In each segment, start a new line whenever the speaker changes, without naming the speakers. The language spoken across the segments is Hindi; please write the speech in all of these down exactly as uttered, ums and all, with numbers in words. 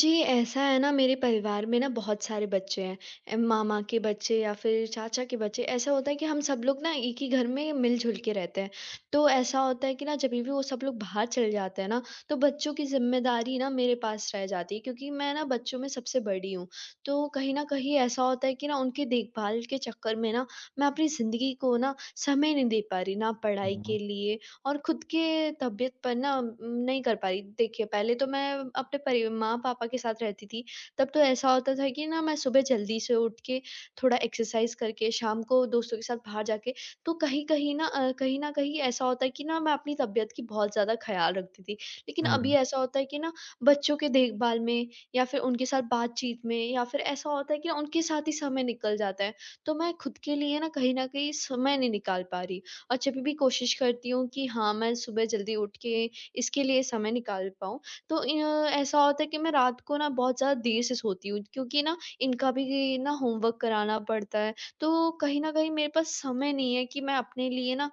जी, ऐसा है ना मेरे परिवार में ना बहुत सारे बच्चे हैं। अ, मामा के बच्चे या फिर चाचा के बच्चे, ऐसा होता है कि हम सब लोग ना एक ही घर में मिल-जुल के रहते हैं। तो ऐसा होता है कि ना जभी भी वो सब लोग बाहर चले जाते हैं ना, तो बच्चों की ज़िम्मेदारी ना मेरे पास रह जाती है क्योंकि मैं ना बच्चों में सबसे बड़ी हूँ। तो कहीं न कहीं ऐसा होता है कि ना उनकी देखभाल के चक्कर में ना मैं अपनी ज़िंदगी को ना समय नहीं दे पा रही, ना पढ़ाई के
हुँ,
लिए और खुद के तबीयत पर ना उम, नहीं कर पाई। देखिए, पहले तो मैं अपने परि माँ-पापा के साथ रहती थी, तब तो ऐसा होता था कि ना मैं सुबह जल्दी से उठ के थोड़ा एक्सरसाइज़ करके शाम को दोस्तों के साथ बाहर जाके। तो कहीं-कहीं ना अ, कहीं न कहीं ऐसा होता है कि ना मैं अपनी तबीयत की बहुत ज़्यादा ख़्याल रखती थी। लेकिन अभी
हुँ,
ऐसा होता है कि ना बच्चों के देखभाल में या फिर उनके साथ बातचीत में या फिर ऐसा होता है कि ना उनके साथ ही समय निकल जाता है। तो मैं खुद के लिए ना कहीं न कहीं समय नहीं निकाल पा रही। और जब भी कोशिश करती हूँ कि हाँ, मैं सुबह जल्दी उठ के इसके लिए समय निकाल पाऊँ। तो अ, ऐसा होता है कि मैं रात को ना बहुत ज़्यादा देर से सोती हूँ क्योंकि ना इनका भी ना होमवर्क कराना पड़ता है। तो कहीं न कहीं मेरे पास समय नहीं है कि मैं अपने लिए ना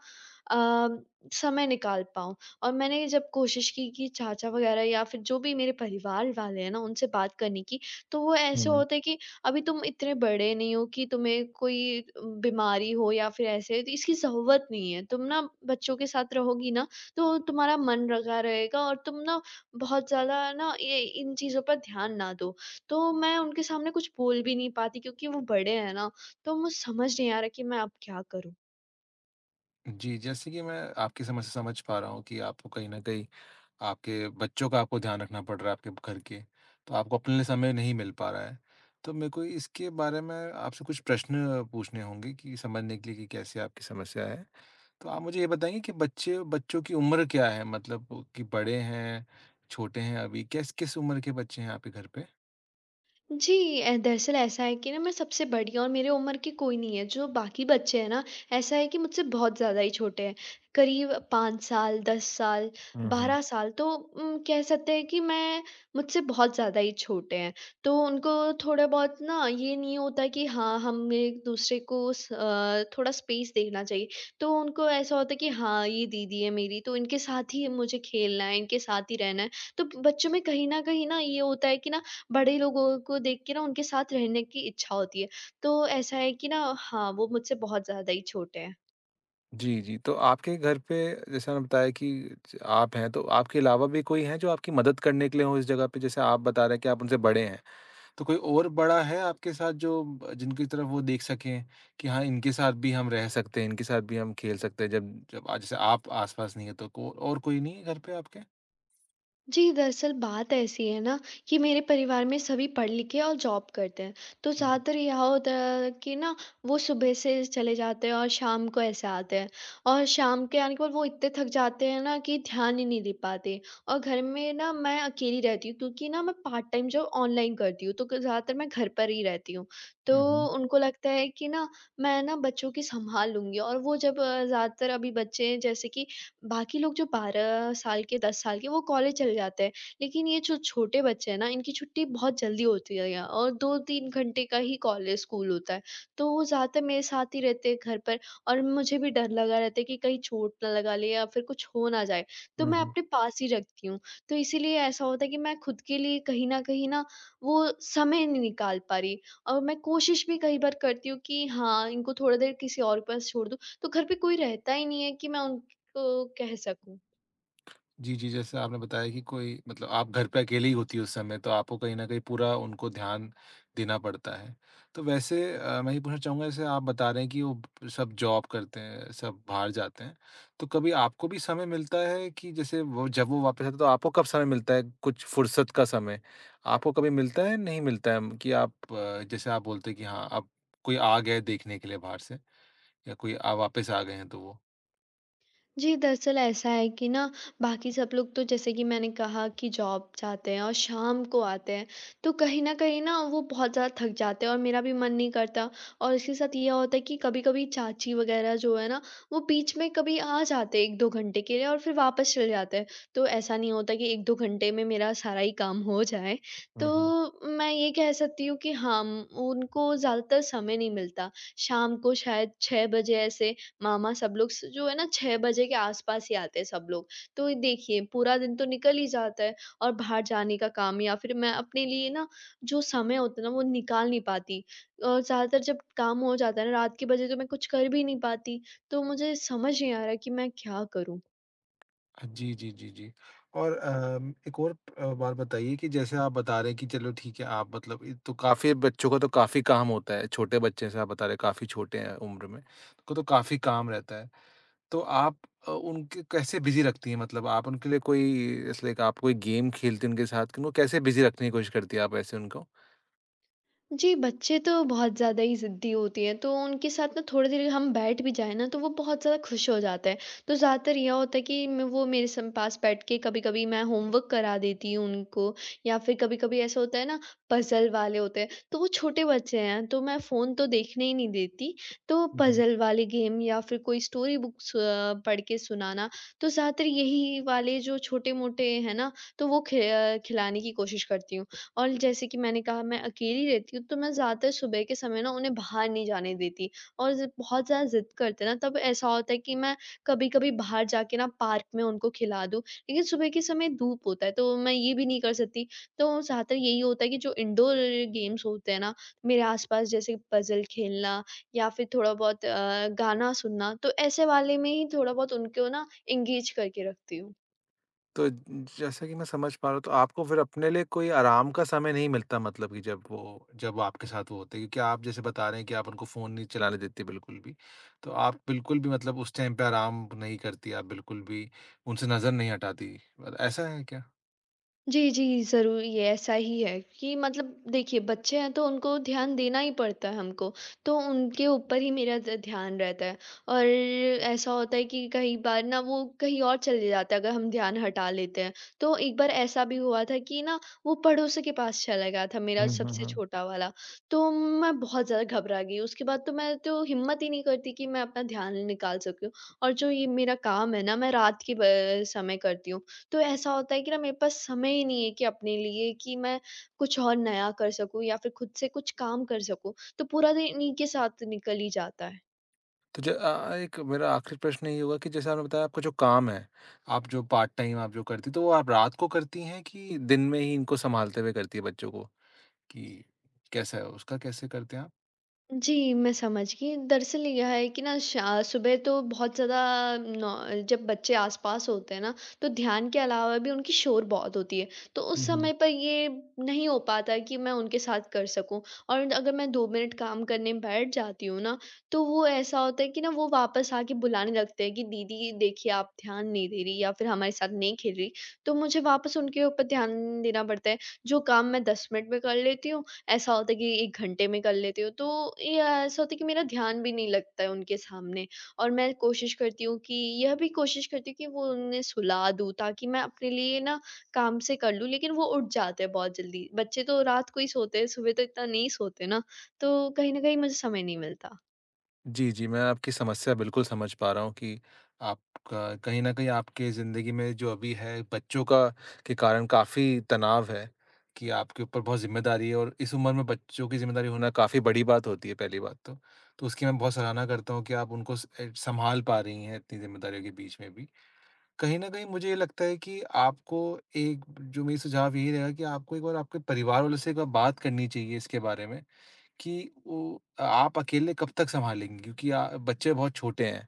अ, समय निकाल पाऊँ। और मैंने जब कोशिश की कि चाचा वग़ैरह या फिर जो भी मेरे परिवार वाले हैं ना, उनसे बात करने की, तो वो ऐसे
हुँ।
होता है कि अभी तुम इतने बड़े नहीं हो कि तुम्हें कोई बीमारी हो या फिर ऐसे, तो इसकी ज़रूरत नहीं है। तुम ना बच्चों के साथ रहोगी ना, तो तुम्हारा मन लगा रहेगा और तुम ना बहुत ज़्यादा ना ये इन चीज़ों पर ध्यान ना दो। तो मैं उनके सामने कुछ बोल भी नहीं पाती क्योंकि वो बड़े हैं ना, तो मुझे समझ नहीं आ रहा कि मैं अब क्या करूँ?
जी, जैसे कि मैं आपकी समस्या समझ पा रहा हूँ कि आपको कहीं न कहीं आपके बच्चों का आपको ध्यान रखना पड़ रहा है आपके घर के, तो आपको अपने लिए समय नहीं मिल पा रहा है। तो मेरे को इसके बारे में आपसे कुछ प्रश्न पूछने होंगे कि समझने के लिए कि कैसे आपकी समस्या है। तो आप मुझे ये बताएँगे कि बच्चे बच्चों की उम्र क्या है? मतलब कि बड़े हैं, छोटे हैं अभी, किस किस उम्र के बच्चे हैं आपके घर
जी। अ, दरअसल ऐसा है कि ना मैं सबसे बड़ी हूँ और मेरे उम्र के कोई नहीं है, जो बाकी बच्चे हैं ना, ऐसा है कि मुझसे बहुत ज़्यादा ही छोटे हैं। करीब पाँच साल, दस साल,
पे?
बारह साल तो उम, कह सकते हैं कि मैं मुझसे बहुत ज़्यादा ही छोटे हैं। तो उनको थोड़ा बहुत ना ये नहीं होता कि हाँ, हम एक-दूसरे को स अ, थोड़ा स्पेस देना चाहिए। तो उनको ऐसा होता है कि हाँ, ये दीदी है मेरी, तो इनके साथ ही मुझे खेलना है, इनके साथ ही रहना है। तो बच्चों में कहीं न कहीं ना ये होता है कि ना बड़े लोगों को देख के ना उनके साथ रहने की इच्छा होती है। तो ऐसा है कि ना हाँ, वो मुझसे बहुत ज़्यादा ही छोटे हैं।
जी, जी। तो आपके घर पे जैसे आपने बताया कि ज आप हैं, तो आपके अलावा भी कोई है जो आपकी मदद करने के लिए हो इस जगह पे? जैसे आप बता रहे हैं कि आप उनसे बड़े हैं, तो कोई और बड़ा है आपके साथ जो ब जिनकी तरफ वो देख सकें कि हाँ, इनके साथ भी हम रह सकते हैं, इनके साथ भी हम खेल सकते हैं जब जब आज जैसे आप आस-पास नहीं हैं, तो को और कोई नहीं है घर पे आपके?
जी, दरअसल बात ऐसी है ना कि मेरे परिवार में सभी पढ़ लिख के और जॉब करते हैं। तो ज़्यादातर यह होता है कि ना वो सुबह से चले जाते हैं और शाम को ऐसे आते हैं। और शाम के आने के बाद वो इतने थक जाते हैं ना कि ध्यान ही नहीं दे पाते। और घर में ना मैं अकेली रहती हूँ क्योंकि ना मैं पार्ट टाइम जॉब ऑनलाइन करती हूँ, तो क ज़्यादातर मैं घर पर ही रहती हूँ।
हुँ,
तो
हुँ।
उनको लगता है कि ना मैं ना बच्चों की सँभाल लूँगी। और वो जब अ, ज़्यादातर अभी बच्चे हैं, जैसे कि बाकी लोग जो बारह साल के, दस साल के, वो कॉलेज चले जाते हैं। लेकिन ये जो छोटे बच्चे हैं ना, इनकी छुट्टी बहुत जल्दी होती है यहाँ और दो तीन घंटे का ही कॉलेज स्कूल होता है। तो वो ज़्यादातर मेरे साथ ही रहते हैं घर पर और मुझे भी डर लगा रहता है कि कहीं चोट ना लगा ले या फिर कुछ हो ना जाए। तो
हुँ,
मैं
हुँ।
अपने पास ही रखती हूँ। तो इसीलिए ऐसा होता है कि मैं खुद के लिए कहीं न कहीं ना वो समय नहीं निकाल पा रही और मैं कोशिश भी कई बार करती हूँ कि हाँ, इनको थोड़ा देर किसी और के पास छोड़ दूँ। तो घर पे कोई रहता ही नहीं है कि मैं उन तो कह सकूँ?
जी, जी। जैसे आपने बताया कि कोई मतलब आप घर पे अकेले ही होती हैं उस समय, तो आपको कहीं न कहीं पूरा उनको ध्यान देना पड़ता है। तो वैसे अ, मैं ये पूछना चाहूँगा जैसे आप बता रहे हैं कि वो सब जॉब करते हैं, सब बाहर जाते हैं। तो कभी आपको भी समय मिलता है कि जैसे वो जब वो वापस आते हैं, तो आपको कब समय मिलता है कुछ फुर्सत का समय? आपको कभी मिलता है, नहीं मिलता है कि आप अ, जैसे आप बोलते हैं कि हाँ, अब कोई आ गया है देखने के लिए बाहर से या कोई अ, वापस आ गए हैं तो
जी, दरअसल ऐसा है कि ना बाकी सब लोग तो जैसे कि मैंने कहा कि जॉब जाते हैं और शाम को आते हैं, तो कहीं न कहीं ना वो बहुत ज़्यादा थक जाते हैं और मेरा भी मन नहीं करता। और इसके साथ ये होता है कि कभी-कभी चाची वग़ैरह जो है ना, वो बीच में कभी आ जाते हैं एक दो घंटे के लिए और फिर वापस चले जाते हैं। तो ऐसा नहीं होता कि एक दो घंटे में मेरा सारा ही काम हो जाए। तो
वो?
मैं ये कह सकती हूँ कि हाँ, उम, उनको ज़्यादातर समय नहीं मिलता। शाम को शायद छह बजे ऐसे मामा सब लोग स जो है ना, छह बजे के आस-पास ही आते हैं सब लोग। तो ये देखिए, पूरा दिन तो निकल ही जाता है और बाहर जाने का काम या फिर मैं अपने लिए ना, जो समय होता है ना वो निकाल नहीं पाती। और ज़्यादातर जब काम हो जाता है ना रात के बजे, तो मैं कुछ कर भी नहीं पाती। तो मुझे समझ नहीं आ रहा कि मैं क्या करूँ?
हाँ, जी, जी, जी, जी। और अम, एक और अ, बात बताइए कि जैसे आप बता रहे हैं कि चलो ठीक है, आप मतलब ये तो काफ़ी बच्चों को तो काफ़ी काम होता है, छोटे बच्चे जैसे आप बता रहे हैं काफ़ी छोटे हैं उम्र में, को तो काफ़ी काम रहता है। तो आप अ, उनके कैसे बिज़ी रखती हैं? मतलब आप उनके लिए कोई जैसे लाइक आप कोई गेम खेलती हैं उनके साथ, कि उनको कैसे बिज़ी रखने की कोशिश करती हैं आप ऐसे उनको?
जी, बच्चे तो बहुत ज़्यादा ही ज़िद्दी होती हैं, तो उनके साथ ना थोड़ी देर हम बैठ भी जाएँ ना, तो वो बहुत ज़्यादा खुश हो जाते हैं। तो ज़्यादातर यह होता है कि म वो मेरे सम पास बैठ के, कभी-कभी मैं होमवर्क करा देती हूँ उनको, या फिर कभी-कभी ऐसा होता है ना, पज़ल वाले होते हैं, तो वो छोटे बच्चे हैं, तो मैं फ़ोन तो देखने ही नहीं देती। तो पज़ल वाले गेम या फिर कोई स्टोरी बुक्स अ, पढ़ के सुनाना, तो ज़्यादातर यही वाले जो छोटे-मोटे हैं ना, तो वो खे अ, खिलाने की कोशिश करती हूँ। और जैसे कि मैंने कहा, मैं अकेली रहती हूँ, तो मैं ज़्यादातर सुबह के समय ना उन्हें बाहर नहीं जाने देती और ज़ बहुत ज़्यादा ज़िद करते हैं ना, तब ऐसा होता है कि मैं कभी-कभी बाहर जाके ना पार्क में उनको खिला दूँ। लेकिन सुबह के समय धूप होता है, तो मैं ये भी नहीं कर सकती। तो ज़्यादातर यही होता है कि जो इंडोर गेम्स होते हैं ना, मेरे आस-पास, जैसे पज़ल खेलना या फिर थोड़ा बहुत अ, गाना सुनना, तो ऐसे वाले में ही थोड़ा बहुत उनको ना एंगेज करके रखती हूँ।
तो जैसा कि मैं समझ पा रहा हूँ, तो आपको फिर अपने लिए कोई आराम का समय नहीं मिलता, मतलब कि जब वो जब वो आपके साथ वो होते हैं क्योंकि आप जैसे बता रहे हैं कि आप उनको फ़ोन नहीं चलाने देती बिल्कुल भी। तो आप बिल्कुल भी मतलब उस टाइम पे आराम नहीं करती, आप बिल्कुल भी उनसे नज़र नहीं हटाती। अ, ऐसा है क्या?
जी, जी, ज़रूर, ये ऐसा ही है कि मतलब देखिए, बच्चे हैं तो उनको ध्यान देना ही पड़ता है हमको, तो उनके ऊपर ही मेरा ध ध्यान रहता है। और ऐसा होता है कि कई बार ना वो कहीं और चले जाते हैं अगर हम ध्यान हटा लेते हैं। तो एक बार ऐसा भी हुआ था कि ना वो पड़ोसी के पास चला गया था मेरा
हुँ, हुँ,
सबसे
हुँ।
छोटा वाला, तो मैं बहुत ज़्यादा घबरा गई। उसके बाद तो मैं तो हिम्मत ही नहीं करती कि मैं अपना ध्यान निकाल सकूँ और जो ये मेरा काम है ना, मैं रात के ब समय करती हूँ। तो ऐसा होता है कि ना मेरे पास समय ही नहीं है कि अपने लिए, कि मैं कुछ और नया कर सकूँ या फिर खुद से कुछ काम कर सकूँ। तो पूरा दिन इन्हीं के साथ निकल ही जाता है।
तो ज अ, एक मेरा आखिरी प्रश्न ये होगा कि जैसे आपने बताया आपका जो काम है, आप जो पार्ट टाइम आप जो करती हैं, तो वो आप रात को करती हैं कि दिन में ही इनको सँभालते हुए करती हैं बच्चों को? कि कैसा है उसका, कैसे करते हैं
जी, मैं समझ गई। दरअसल यह है कि ना शा सुबह तो बहुत ज़्यादा, नौ जब बच्चे आस-पास होते हैं ना, तो ध्यान के अलावा भी उनकी शोर बहुत होती है। तो उस
आप?
समय पर ये नहीं हो पाता कि मैं उनके साथ कर सकूँ। और अगर मैं दो मिनट काम करने बैठ जाती हूँ ना, तो वो ऐसा होता है कि ना वो वापस आके बुलाने लगते हैं कि दीदी देखिए, आप ध्यान नहीं दे रही या फिर हमारे साथ नहीं खेल रही। तो मुझे वापस उनके ऊपर ध्यान देना पड़ता है, जो काम मैं दस मिनट में कर लेती हूँ, ऐसा होता है कि एक घंटे में कर लेती हूँ, तो ये ऐसा होता है कि मेरा ध्यान भी नहीं लगता है उनके सामने। और मैं कोशिश करती हूँ कि यह भी कोशिश करती हूँ कि वो उन्हें सुला दूँ ताकि मैं अपने लिए ना काम से कर लूँ, लेकिन वो उठ जाते हैं बहुत जल्दी। बच्चे तो रात को ही सोते हैं, सुबह तो इतना नहीं सोते ना, तो कहीं न कहीं मुझे समय नहीं मिलता।
जी, जी, मैं आपकी समस्या बिल्कुल समझ पा रहा हूँ कि आपका कहीं न कहीं आपके ज़िंदगी में जो अभी है, बच्चों का के कारण काफ़ी तनाव है, कि आपके ऊपर बहुत ज़िम्मेदारी है और इस उम्र में बच्चों की ज़िम्मेदारी होना काफ़ी बड़ी बात होती है, पहली बात तो। तो उसकी मैं बहुत सराहना करता हूँ कि आप उनको स ए सँभाल पा रही हैं इतनी ज़िम्मेदारियों के बीच में भी। कहीं न कहीं मुझे ये लगता है कि आपको एक जो मेरी सुझाव यही रहेगा कि आपको एक बार आपके परिवार वालों से एक बार बात करनी चाहिए इसके बारे में। कि वो आप अकेले कब तक सँभालेंगी? क्योंकि आ बच्चे बहुत छोटे हैं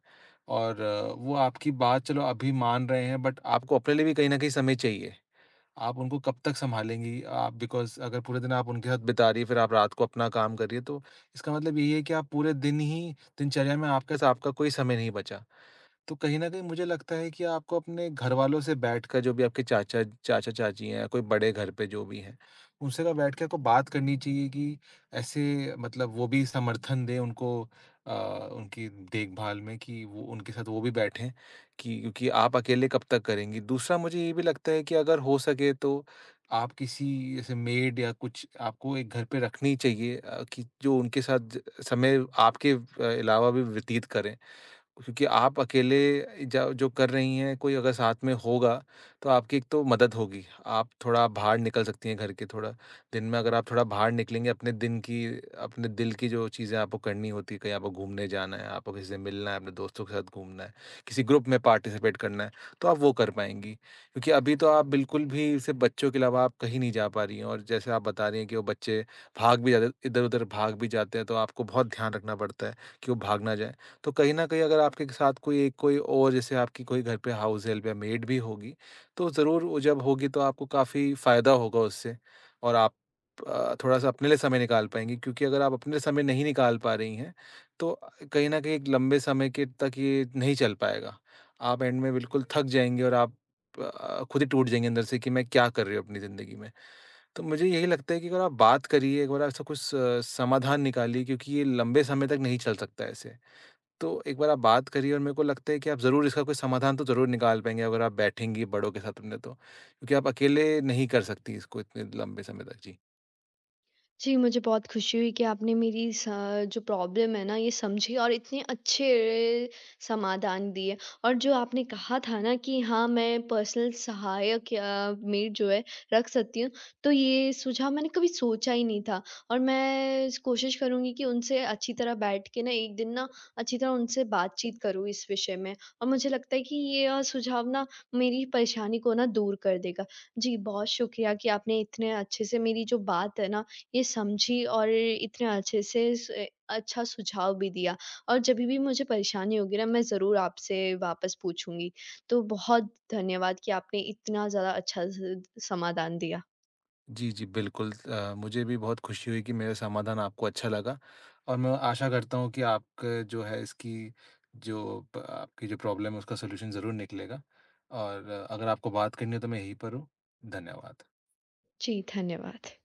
और अ, वो आपकी बात चलो अभी मान रहे हैं, बट आपको अपने लिए भी कहीं न कहीं समय चाहिए। आप उनको कब तक सँभालेंगी? आप बिकॉज़ अगर पूरे दिन आप उनके साथ बिता रही है, फिर आप रात को अपना काम कर रही है, तो इसका मतलब यही है कि आप पूरे दिन ही दिनचर्या में आपके स आपका कोई समय नहीं बचा। तो कहीं न कहीं मुझे लगता है कि आपको अपने घरवालों से बैठकर, जो भी आपके चाचा चाचा-चाची हैं, कोई बड़े घर पे जो भी हैं, उनसे ना बैठ के आपको बात करनी चाहिए कि ऐसे मतलब वो भी समर्थन दें उनको अ, उनकी देखभाल में, कि वो उनके साथ वो भी बैठें, कि क्योंकि आप अकेले कब तक करेंगी। दूसरा मुझे ये भी लगता है कि अगर हो सके तो आप किसी ऐसे मेड या कुछ आपको एक घर पे रखनी चाहिए अ, कि जो उनके साथ ज- समय आपके अ, अलावा भी व्यतीत करें। क्योंकि आप अकेले ज जो कर रही हैं, कोई अगर साथ में होगा, तो आपकी एक तो मदद होगी। आप थोड़ा बाहर निकल सकती हैं घर के, थोड़ा दिन में अगर आप थोड़ा बाहर निकलेंगे, अपने दिन की अपने दिल की जो चीज़ें आपको करनी होती है, कहीं आपको घूमने जाना है, आपको किसी से मिलना है, अपने दोस्तों के साथ घूमना है, किसी ग्रुप में पार्टिसिपेट करना है, तो आप वो कर पाएँगी। क्योंकि अभी तो आप बिल्कुल भी सिर्फ़ बच्चों के अलावा आप कहीं नहीं जा पा रही हैं, और जैसे आप बता रही हैं कि वो बच्चे भाग भी जाते इधर-उधर भाग भी जाते हैं, तो आपको बहुत ध्यान रखना पड़ता है कि वो भाग ना जाएँ। तो कहीं न कहीं अगर आपके साथ कोई एक कोई और जैसे आपकी कोई घर पे हाउस हेल्प या मेड भी होगी, तो ज़रूर वो जब होगी तो आपको काफ़ी फ़ायदा होगा उससे, और आप अ, थोड़ा-सा अपने लिए समय निकाल पाएँगी, क्योंकि अगर आप अपने लिए समय नहीं निकाल पा रही हैं, तो कहीं न कहीं एक लंबे समय के तक ये नहीं चल पाएगा। आप एंड में बिल्कुल थक जाएँगे और आप अ, खुद ही टूट जाएँगे अंदर से कि मैं क्या कर रही हूँ अपनी ज़िंदगी में। तो मुझे यही लगता है कि अगर आप बात करिए, एक बार ऐसा कुछ स समाधान निकालिए, क्योंकि ये लंबे समय तक नहीं चल सकता ऐसे। तो एक बार आप बात करिए, और मेरे को लगता है कि आप ज़रूर इसका कोई समाधान तो ज़रूर निकाल पाएँगे अगर आप बैठेंगी बड़ों के साथ अपने तो। क्योंकि आप अकेले नहीं कर सकती इसको इतने लंबे समय तक। जी।
जी, मुझे बहुत खुशी हुई कि आपने मेरी स जो प्रॉब्लम है ना ये समझी और इतने अच्छे समाधान दिए। और जो आपने कहा था ना कि हाँ, मैं पर्सनल सहायक या मेड जो है रख सकती हूँ, तो ये सुझाव मैंने कभी सोचा ही नहीं था। और मैं स कोशिश करूँगी कि उनसे अच्छी तरह बैठ के ना एक दिन ना अच्छी तरह उनसे बातचीत करूँ इस विषय में। और मुझे लगता है कि ये अ, सुझाव ना मेरी परेशानी को ना दूर कर देगा। जी, बहुत शुक्रिया कि आपने इतने अच्छे से मेरी जो बात है ना ये समझी और इतने अच्छे से स अच्छा सुझाव भी दिया और जभी भी मुझे परेशानी होगी ना, मैं ज़रूर आपसे वापस पूछूँगी। तो बहुत धन्यवाद कि आपने इतना ज़्यादा अच्छा स समाधान दिया।
जी, जी, बिल्कुल अ, मुझे भी बहुत खुशी हुई कि मेरा समाधान आपको अच्छा लगा, और मैं आशा करता हूँ कि आपका जो है इसकी जो प आपकी जो प्रॉब्लम है उसका सॉल्यूशन ज़रूर निकलेगा, और अ, अगर आपको बात करनी हो तो मैं यहीं पर हूँ। धन्यवाद।
जी, धन्यवाद।